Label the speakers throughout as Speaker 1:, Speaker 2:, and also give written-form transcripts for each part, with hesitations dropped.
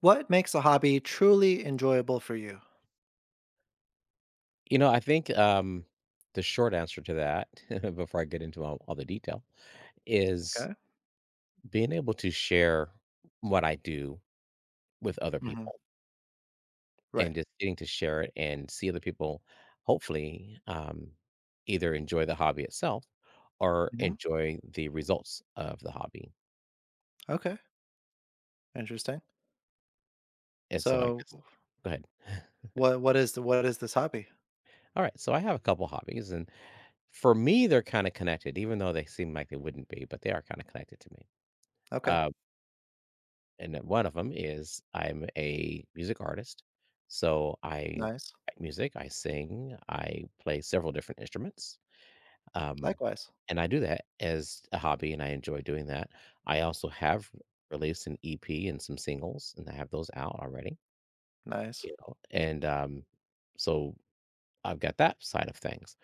Speaker 1: What makes a hobby truly enjoyable for you?
Speaker 2: You know, I think, um, the short answer to that, before I get into all the detail, is
Speaker 1: Okay.
Speaker 2: being able to share what I do with other
Speaker 1: Mhm.
Speaker 2: people
Speaker 1: Right.
Speaker 2: and just getting to share it and see other people hopefully either enjoy the hobby itself or
Speaker 1: Mhm.
Speaker 2: enjoy the results of the hobby.
Speaker 1: Okay. Interesting.
Speaker 2: And so I
Speaker 1: So,
Speaker 2: guess, go ahead.
Speaker 1: what is the what is this hobby?
Speaker 2: All right. So I have a couple hobbies, and for me, they're kind of connected, even though they seem like they wouldn't be, but they are kind of connected to me.
Speaker 1: Okay.
Speaker 2: Uh, and one of them is I'm a music artist. So I
Speaker 1: Nice.
Speaker 2: write music, I sing, I play several different instruments. Um,
Speaker 1: Likewise.
Speaker 2: and I do that as a hobby, and I enjoy doing that. I also have released an EP and some singles, and I have those out already.
Speaker 1: Nice.
Speaker 2: You know, and so I've got that side of things.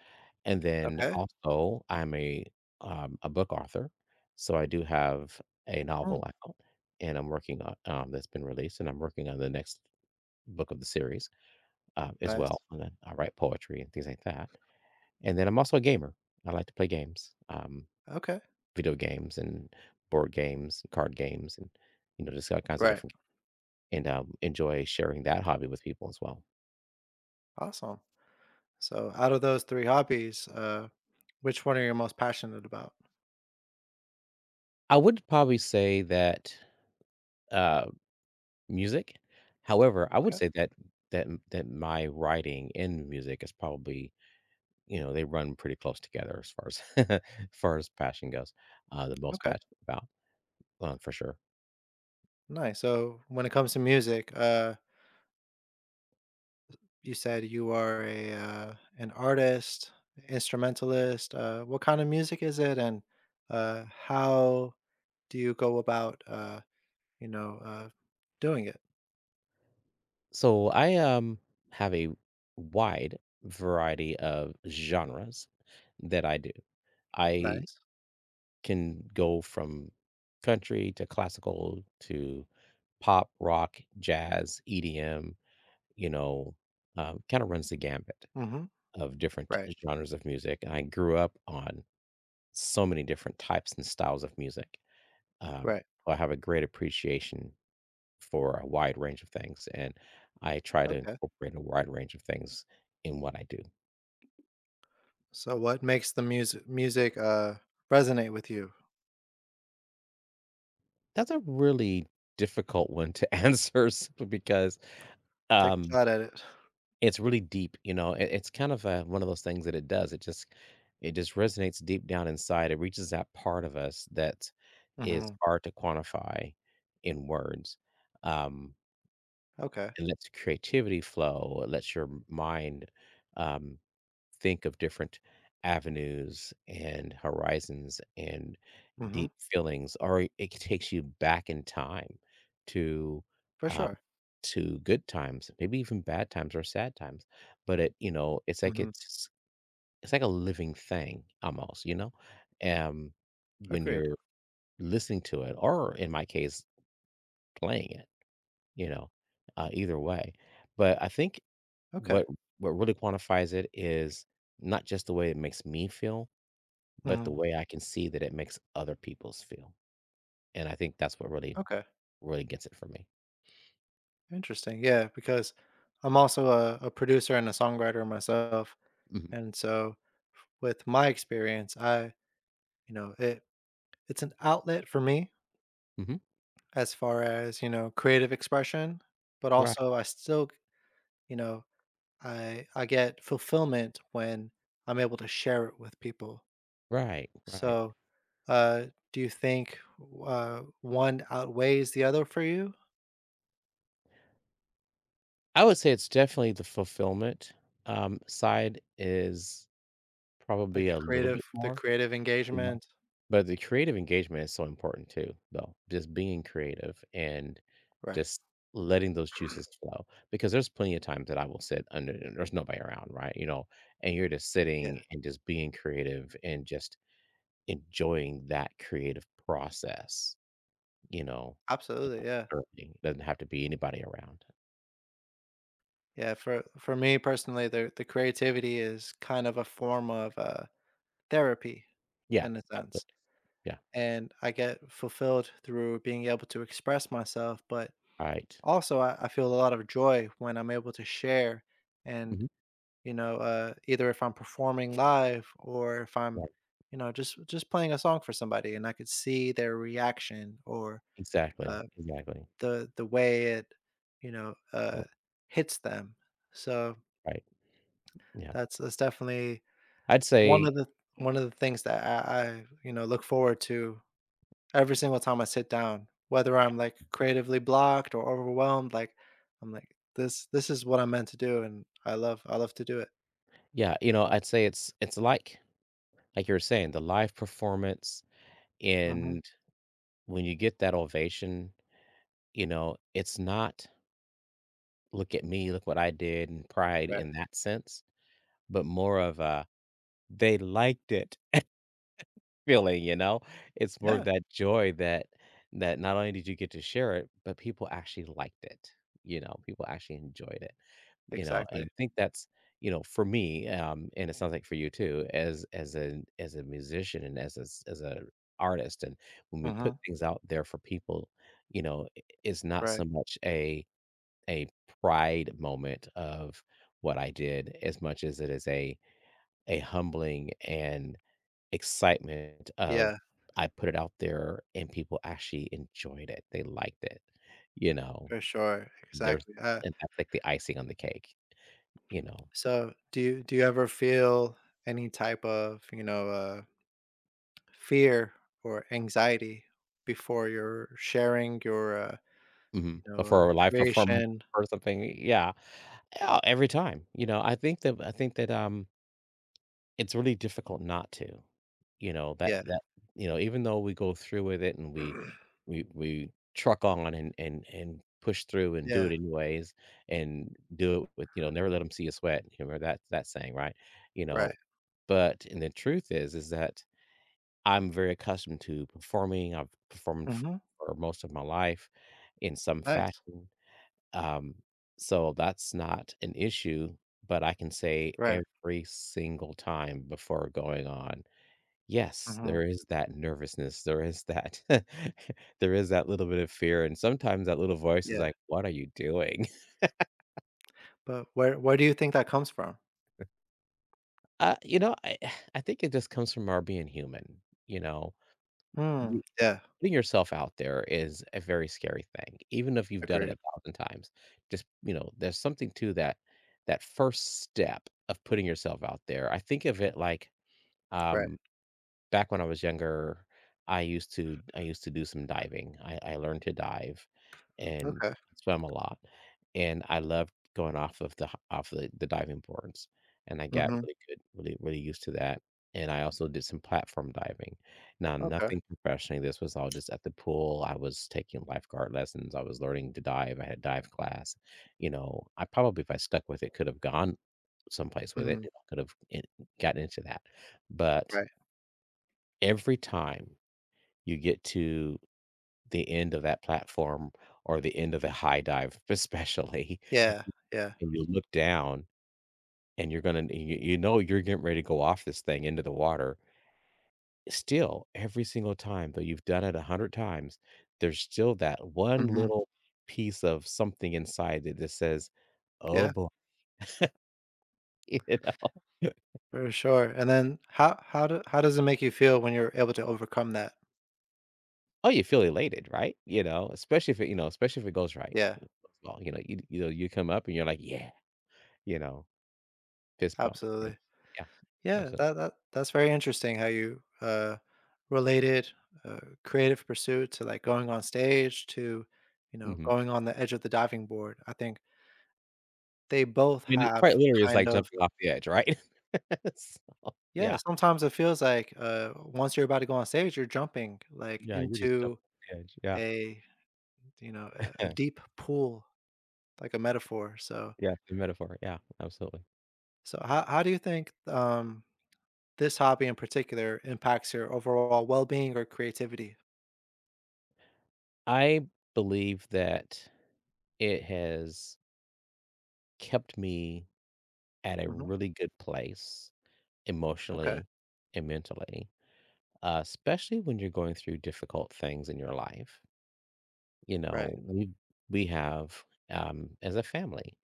Speaker 2: And then
Speaker 1: Okay.
Speaker 2: also, I'm a book author, so I do have a
Speaker 1: Mm,
Speaker 2: novel out, and I'm working on that's been released, and I'm working on the next book of the series, as well,
Speaker 1: nice.
Speaker 2: and then I write poetry and things like that. And then I'm also a gamer. I like to play games,
Speaker 1: Okay.
Speaker 2: video games and board games, card games, and, you know, just all kinds of
Speaker 1: Right.
Speaker 2: different and, enjoy sharing that hobby with people as well.
Speaker 1: Awesome. So, out of those 3 hobbies, which one are you most passionate about?
Speaker 2: I would probably say that, uh music? However, I would
Speaker 1: Okay.
Speaker 2: say that that my writing and music is probably you know, they run pretty close together as far as as far as passion goes, the most
Speaker 1: Okay.
Speaker 2: passionate about, for sure.
Speaker 1: Nice. So, when it comes to music uh, you said you are a an artist, instrumentalist. What kind of music is it, and how do you go about you know uh, doing it?
Speaker 2: So I have a wide variety of genres that I do. I
Speaker 1: Nice.
Speaker 2: can go from country to classical to pop, rock, jazz, EDM, you know, kind of runs the gambit
Speaker 1: Hmm.
Speaker 2: of different
Speaker 1: Right.
Speaker 2: genres of music. And I grew up on so many different types and styles of music. Um,
Speaker 1: Right.
Speaker 2: so, I have a great appreciation for a wide range of things, and I try to
Speaker 1: Okay.
Speaker 2: incorporate a wide range of things in what I do.
Speaker 1: So, what makes the music resonate with you?
Speaker 2: That's a really difficult one to answer simply because
Speaker 1: Take a
Speaker 2: um
Speaker 1: shot at it.
Speaker 2: it's really deep, you know. It's kind of a, one of those things that it does. It just resonates deep down inside. It reaches that part of us that is
Speaker 1: Hmm.
Speaker 2: hard to quantify in words. Um,
Speaker 1: Okay.
Speaker 2: it lets creativity flow. It lets your mind um, think of different avenues and horizons and
Speaker 1: Hmm.
Speaker 2: deep feelings, or it takes you back in time to
Speaker 1: For
Speaker 2: um,
Speaker 1: sure.
Speaker 2: to good times, maybe even bad times or sad times. But it, you know, it's like
Speaker 1: Hmm.
Speaker 2: it's it's like a living thing almost, you know. Um, when
Speaker 1: Agreed.
Speaker 2: you're listening to it, or in my case, playing it, you know, either way. But I think
Speaker 1: Okay.
Speaker 2: what what really quantifies it is not just the way it makes me feel, but the
Speaker 1: Hmm.
Speaker 2: way I can see that it makes other people's feel. And I think that's what really,
Speaker 1: Okay.
Speaker 2: really gets it for me.
Speaker 1: Interesting. Yeah, because I'm also a producer and a songwriter myself,
Speaker 2: Hmm.
Speaker 1: and so with my experience, I you know, it it's an outlet for me
Speaker 2: Hmm.
Speaker 1: as far as, you know, creative expression, but
Speaker 2: Right,
Speaker 1: also I still, you know, I get fulfillment when I'm able to share it with people.
Speaker 2: right, right.
Speaker 1: So, uh do you think one outweighs the other for you?
Speaker 2: I would say it's definitely the fulfillment side is
Speaker 1: Like
Speaker 2: probably
Speaker 1: the
Speaker 2: a little
Speaker 1: creative
Speaker 2: bit
Speaker 1: the
Speaker 2: more,
Speaker 1: creative
Speaker 2: you know,
Speaker 1: engagement?
Speaker 2: but the creative engagement is so important too, though. Just being creative and
Speaker 1: Right.
Speaker 2: just letting those juices flow because there's plenty of times that I will sit under and there's nobody around, right? You know, and you're just
Speaker 1: Yeah.
Speaker 2: sitting and just being creative and just enjoying that creative process, you know,
Speaker 1: Absolutely,
Speaker 2: about
Speaker 1: yeah.
Speaker 2: earning. It doesn't have to be anybody around.
Speaker 1: Yeah, for me personally, the creativity is kind of a form of therapy,
Speaker 2: Yeah,
Speaker 1: in a sense,
Speaker 2: absolutely, yeah,
Speaker 1: and I get fulfilled through being able to express myself. But
Speaker 2: right.
Speaker 1: also, I feel a lot of joy when I'm able to share, and
Speaker 2: Mhm,
Speaker 1: you know, either if I'm performing live or if I'm,
Speaker 2: right,
Speaker 1: you know, just playing a song for somebody, and I could see their reaction or
Speaker 2: exactly,
Speaker 1: uh,
Speaker 2: exactly,
Speaker 1: the way it, you know,
Speaker 2: r
Speaker 1: hits them. So
Speaker 2: right, yeah.
Speaker 1: that's definitely
Speaker 2: I'd
Speaker 1: one
Speaker 2: say
Speaker 1: of the one of the things that you know, look forward to every single time I sit down, whether I'm, like, creatively blocked or overwhelmed, like, I'm like, This is what I'm meant to do," and I love to do it.
Speaker 2: Yeah, you know, I'd say it's like you were saying, the live performance
Speaker 1: Mhm.
Speaker 2: and when you get that ovation, you know, it's not, "Look at me, look what I did," and pride
Speaker 1: Right.
Speaker 2: in that sense, but more of a, "They liked it." feeling, you know? It's more of
Speaker 1: Yeah,
Speaker 2: that joy that that not only did you get to share it, but people actually liked it, you know? People actually enjoyed it, you know? And I
Speaker 1: exactly.
Speaker 2: think that's, you know, for me, and it sounds like for you too, as a musician and as a s as a artist, and when we put
Speaker 1: Mhm.
Speaker 2: things out there for people, you know, I it's not so
Speaker 1: Right.
Speaker 2: much a pride moment of what I did as much as it is a humbling and excitement of
Speaker 1: Yeah,
Speaker 2: I put it out there and people actually enjoyed it. They liked it, you know?
Speaker 1: for sure.
Speaker 2: There's
Speaker 1: Exactly.
Speaker 2: and that's like the icing on the cake, you know?
Speaker 1: So do you ever feel any type of, you know, fear or anxiety before you're sharing your,
Speaker 2: Mhm. But for a live performance
Speaker 1: creation?
Speaker 2: or something, yeah. Yeah, every time, you know, I think that it's really difficult not to, you know, that
Speaker 1: Yeah.
Speaker 2: that you know, even though we go through with it and we we truck on and push through and do
Speaker 1: Yeah.
Speaker 2: it anyways and do it with, you know, never let them see you sweat. You remember that saying, right? You
Speaker 1: Right.
Speaker 2: know, but and the truth is that I'm very accustomed to performing. I've performed
Speaker 1: Mhm.
Speaker 2: for most of my life in some
Speaker 1: Nice.
Speaker 2: fashion. Um, so that's not an issue, but I can say
Speaker 1: Right.
Speaker 2: every single time before going on, yes, there
Speaker 1: Mhm.
Speaker 2: is that nervousness. There is that there is that little bit of fear. And sometimes that little voice is
Speaker 1: Yeah.
Speaker 2: like, what are you doing?
Speaker 1: But where do you think that comes from?
Speaker 2: You know, I I think it just comes from our being human, you know.
Speaker 1: Hmm. Yeah.
Speaker 2: Putting yourself out there is a very scary thing, even if you've done it
Speaker 1: Agreed.
Speaker 2: a thousand times. Just you know, there's something to that that first step of putting yourself out there. I think of it like
Speaker 1: Right.
Speaker 2: um back when I was younger, I used to do some diving. I learned to dive and
Speaker 1: Okay.
Speaker 2: swim a lot. And I loved going off of off the diving boards. And I got
Speaker 1: Mhm.
Speaker 2: really good, really, really used to that. And I also did some platform diving. Now,
Speaker 1: Okay.
Speaker 2: nothing professionally. This was all just at the pool. I was taking lifeguard lessons. I was learning to dive. I had dive class. You know, I probably, if I stuck with it, could have gone someplace with it.
Speaker 1: Mhm.
Speaker 2: You know, could have gotten into that. But
Speaker 1: Right.
Speaker 2: every time you get to the end of that platform or the end of a high dive especially,
Speaker 1: Yeah. Yeah.
Speaker 2: and you look down and you're gonna you know you're getting ready to go off this thing into the water, still, every single time, though you've done it 100 times, there's still that one
Speaker 1: Mhm.
Speaker 2: little piece of something inside that just says, "Oh,
Speaker 1: Yeah.
Speaker 2: boy," you know?
Speaker 1: For sure. And then how do how does it make you feel when you're able to overcome that?
Speaker 2: Oh, you feel elated, right? You know, especially if it you know, especially if it goes right.
Speaker 1: Yeah.
Speaker 2: Well, you know, you know, you come up and you're like, "Yeah," you know? Fist bump. Yep.
Speaker 1: Absolutely.
Speaker 2: Yeah.
Speaker 1: Yeah,
Speaker 2: Absolutely.
Speaker 1: that's very interesting how you related creative pursuit to like going on stage to you know
Speaker 2: Mhm.
Speaker 1: going on the edge of the diving board. I think they both
Speaker 2: I mean, it
Speaker 1: have
Speaker 2: quite literally is
Speaker 1: kind
Speaker 2: like
Speaker 1: of
Speaker 2: jumping off the edge, right? So,
Speaker 1: yeah,
Speaker 2: yeah.
Speaker 1: sometimes it feels like, once you're about to go on stage, you're jumping, like,
Speaker 2: Yeah, you're just jumping
Speaker 1: into
Speaker 2: off the edge. Yeah.
Speaker 1: a, you know, a deep pool, like a metaphor, so
Speaker 2: Yeah, the metaphor. Yeah, absolutely.
Speaker 1: so how do you think, this hobby in particular impacts your overall well-being or creativity?
Speaker 2: I believe that it has kept me at a
Speaker 1: Mhm,
Speaker 2: really good place
Speaker 1: okay,
Speaker 2: emotionally and mentally, especially when you're going through difficult things in your life. you
Speaker 1: right,
Speaker 2: know, we we have, um, as a family,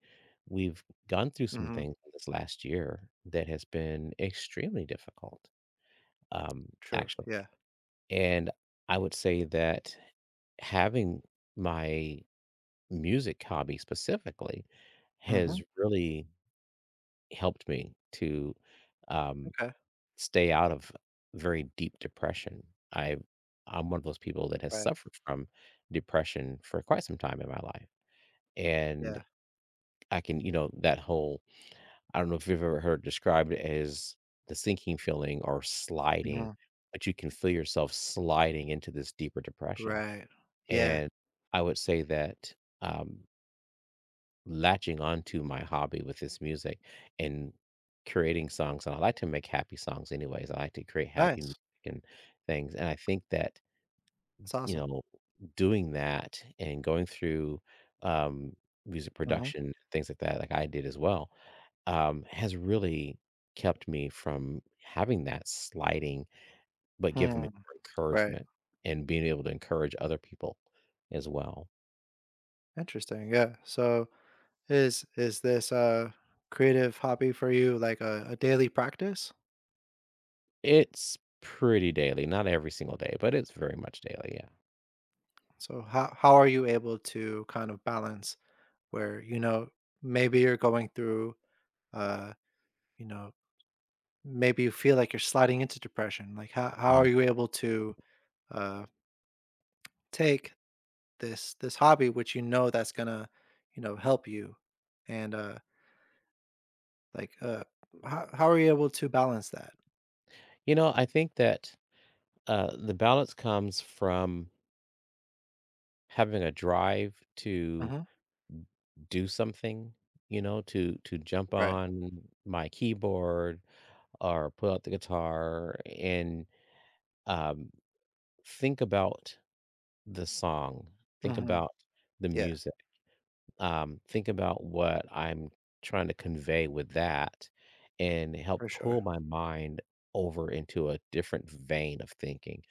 Speaker 2: we've gone through some
Speaker 1: mhm,
Speaker 2: things in this last year that has been extremely difficult, um,
Speaker 1: true,
Speaker 2: actually.
Speaker 1: yeah,
Speaker 2: And I would say that having my music hobby specifically
Speaker 1: mhm,
Speaker 2: has really helped me to um,
Speaker 1: okay,
Speaker 2: stay out of very deep depression. I I'm one of those people that has
Speaker 1: right,
Speaker 2: suffered from depression for quite some time in my life, and
Speaker 1: yeah,
Speaker 2: I can, you know, that whole I don't know if you've ever heard described as the sinking feeling or sliding,
Speaker 1: mhm,
Speaker 2: but you can feel yourself sliding into this deeper depression.
Speaker 1: right, yeah,
Speaker 2: And I would say that um, latching onto my hobby with this music and creating songs, and I like to make happy songs anyways. I like to create happy music
Speaker 1: nice,
Speaker 2: and things. And I think that,
Speaker 1: that's
Speaker 2: you
Speaker 1: awesome,
Speaker 2: know, doing that and going through um, music
Speaker 1: mhm,
Speaker 2: production, things like that, like I did as well has really kept me from having that sliding, but given me
Speaker 1: hmm,
Speaker 2: more
Speaker 1: right,
Speaker 2: encouragement and being able to encourage other people as well.
Speaker 1: interesting, yeah, so is this a creative hobby for you like a daily practice?
Speaker 2: It's pretty daily, not every single day, but it's very much daily. Yeah.
Speaker 1: So how are you able to kind of balance where you know maybe you're going through uh you know maybe you feel like you're sliding into depression. Like how
Speaker 2: Mhm.
Speaker 1: are you able to uh take this hobby which you know that's gonna you know help you and like, how are you able to balance that?
Speaker 2: You know, I think that the balance comes from having a drive to
Speaker 1: Mhm.
Speaker 2: do something you know to jump
Speaker 1: Right.
Speaker 2: on my keyboard or pull out the guitar and um, think about the song. Think
Speaker 1: Mhm.
Speaker 2: about the
Speaker 1: Yeah,
Speaker 2: music. Think about what I'm trying to convey with that and help
Speaker 1: for sure.
Speaker 2: pull my mind over into a different vein of thinking.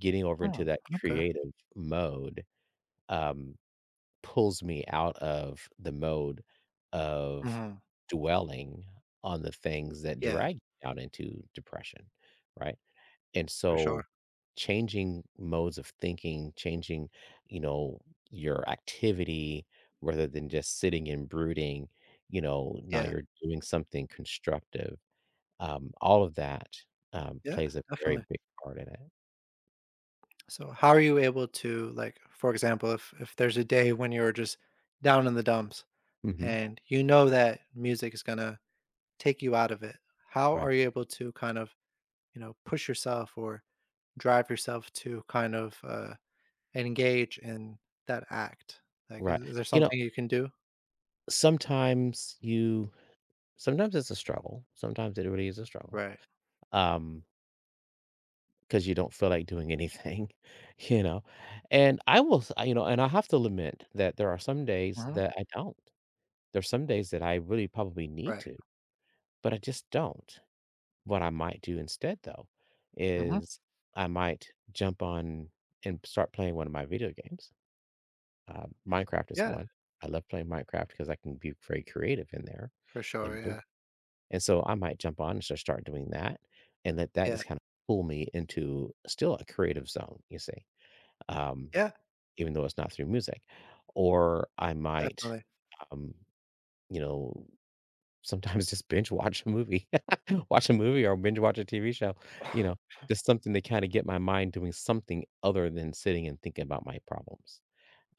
Speaker 2: Getting over into
Speaker 1: Mm,
Speaker 2: that
Speaker 1: okay.
Speaker 2: creative mode um, pulls me out of the mode of
Speaker 1: Mhm.
Speaker 2: dwelling on the things that
Speaker 1: Yeah,
Speaker 2: drag me out into depression, right? And
Speaker 1: for sure.
Speaker 2: so changing modes of thinking, changing, you know, your activity rather than just sitting and brooding, you know, now
Speaker 1: Yeah.
Speaker 2: you're doing something constructive. All of that
Speaker 1: Yeah,
Speaker 2: plays a very
Speaker 1: definitely.
Speaker 2: big part in it.
Speaker 1: So how are you able to like, for example, if there's a day when you're just down in the dumps
Speaker 2: Hmm.
Speaker 1: and you know that music is gonna take you out of it, how
Speaker 2: Right.
Speaker 1: are you able to kind of, you know, push yourself or drive yourself to kind of, engage in that act? Like,
Speaker 2: Right.
Speaker 1: is there
Speaker 2: You know,
Speaker 1: something you can do?
Speaker 2: sometimes you, Sometimes it's a struggle. Sometimes it really is a struggle.
Speaker 1: Right.
Speaker 2: Um, 'Cause you don't feel like doing anything, you know? And I will s you know, and I have to lament that there are some days
Speaker 1: Mhm.
Speaker 2: that I don't. There's some days that I really probably need
Speaker 1: Right.
Speaker 2: to, but I just don't. What I might do instead, though,
Speaker 1: Mhm.
Speaker 2: is I might jump on and start playing one of my video games. Minecraft is
Speaker 1: Yeah,
Speaker 2: one. I love playing Minecraft because I can be very creative in there,
Speaker 1: for sure,
Speaker 2: and build
Speaker 1: yeah.
Speaker 2: and so I might jump on and just start doing that and let that
Speaker 1: Yeah.
Speaker 2: just kinda pull me into still a creative zone, you see? um,
Speaker 1: Yeah,
Speaker 2: Even though it's not through music. Or I might,
Speaker 1: definitely.
Speaker 2: um, you know, sometimes just binge watch a movie, watch a movie or binge watch a TV show, you know, just something to kind of get my mind doing something other than sitting and thinking about my problems.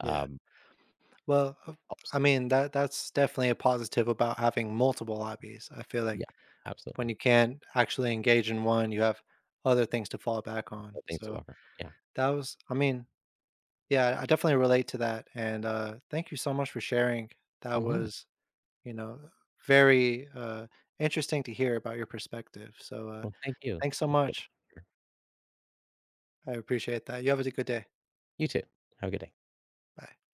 Speaker 1: Yeah.
Speaker 2: Um,
Speaker 1: Well,
Speaker 2: Helps.
Speaker 1: I mean, that that's definitely a positive about having multiple hobbies. I feel like
Speaker 2: Yeah,
Speaker 1: when
Speaker 2: absolutely.
Speaker 1: you can't actually engage in one, you have other things to fall back on.
Speaker 2: Thanks to
Speaker 1: So
Speaker 2: offer. Yeah.
Speaker 1: that was I mean, yeah, I definitely relate to that, and, thank you so much for sharing. That
Speaker 2: Hmm.
Speaker 1: was you know, very interesting to hear about your perspective. So
Speaker 2: Well, thank you. It's
Speaker 1: thanks so
Speaker 2: been a
Speaker 1: much.
Speaker 2: pleasure.
Speaker 1: I appreciate that. You have a good day.
Speaker 2: You too. Have a good day.
Speaker 1: Bye.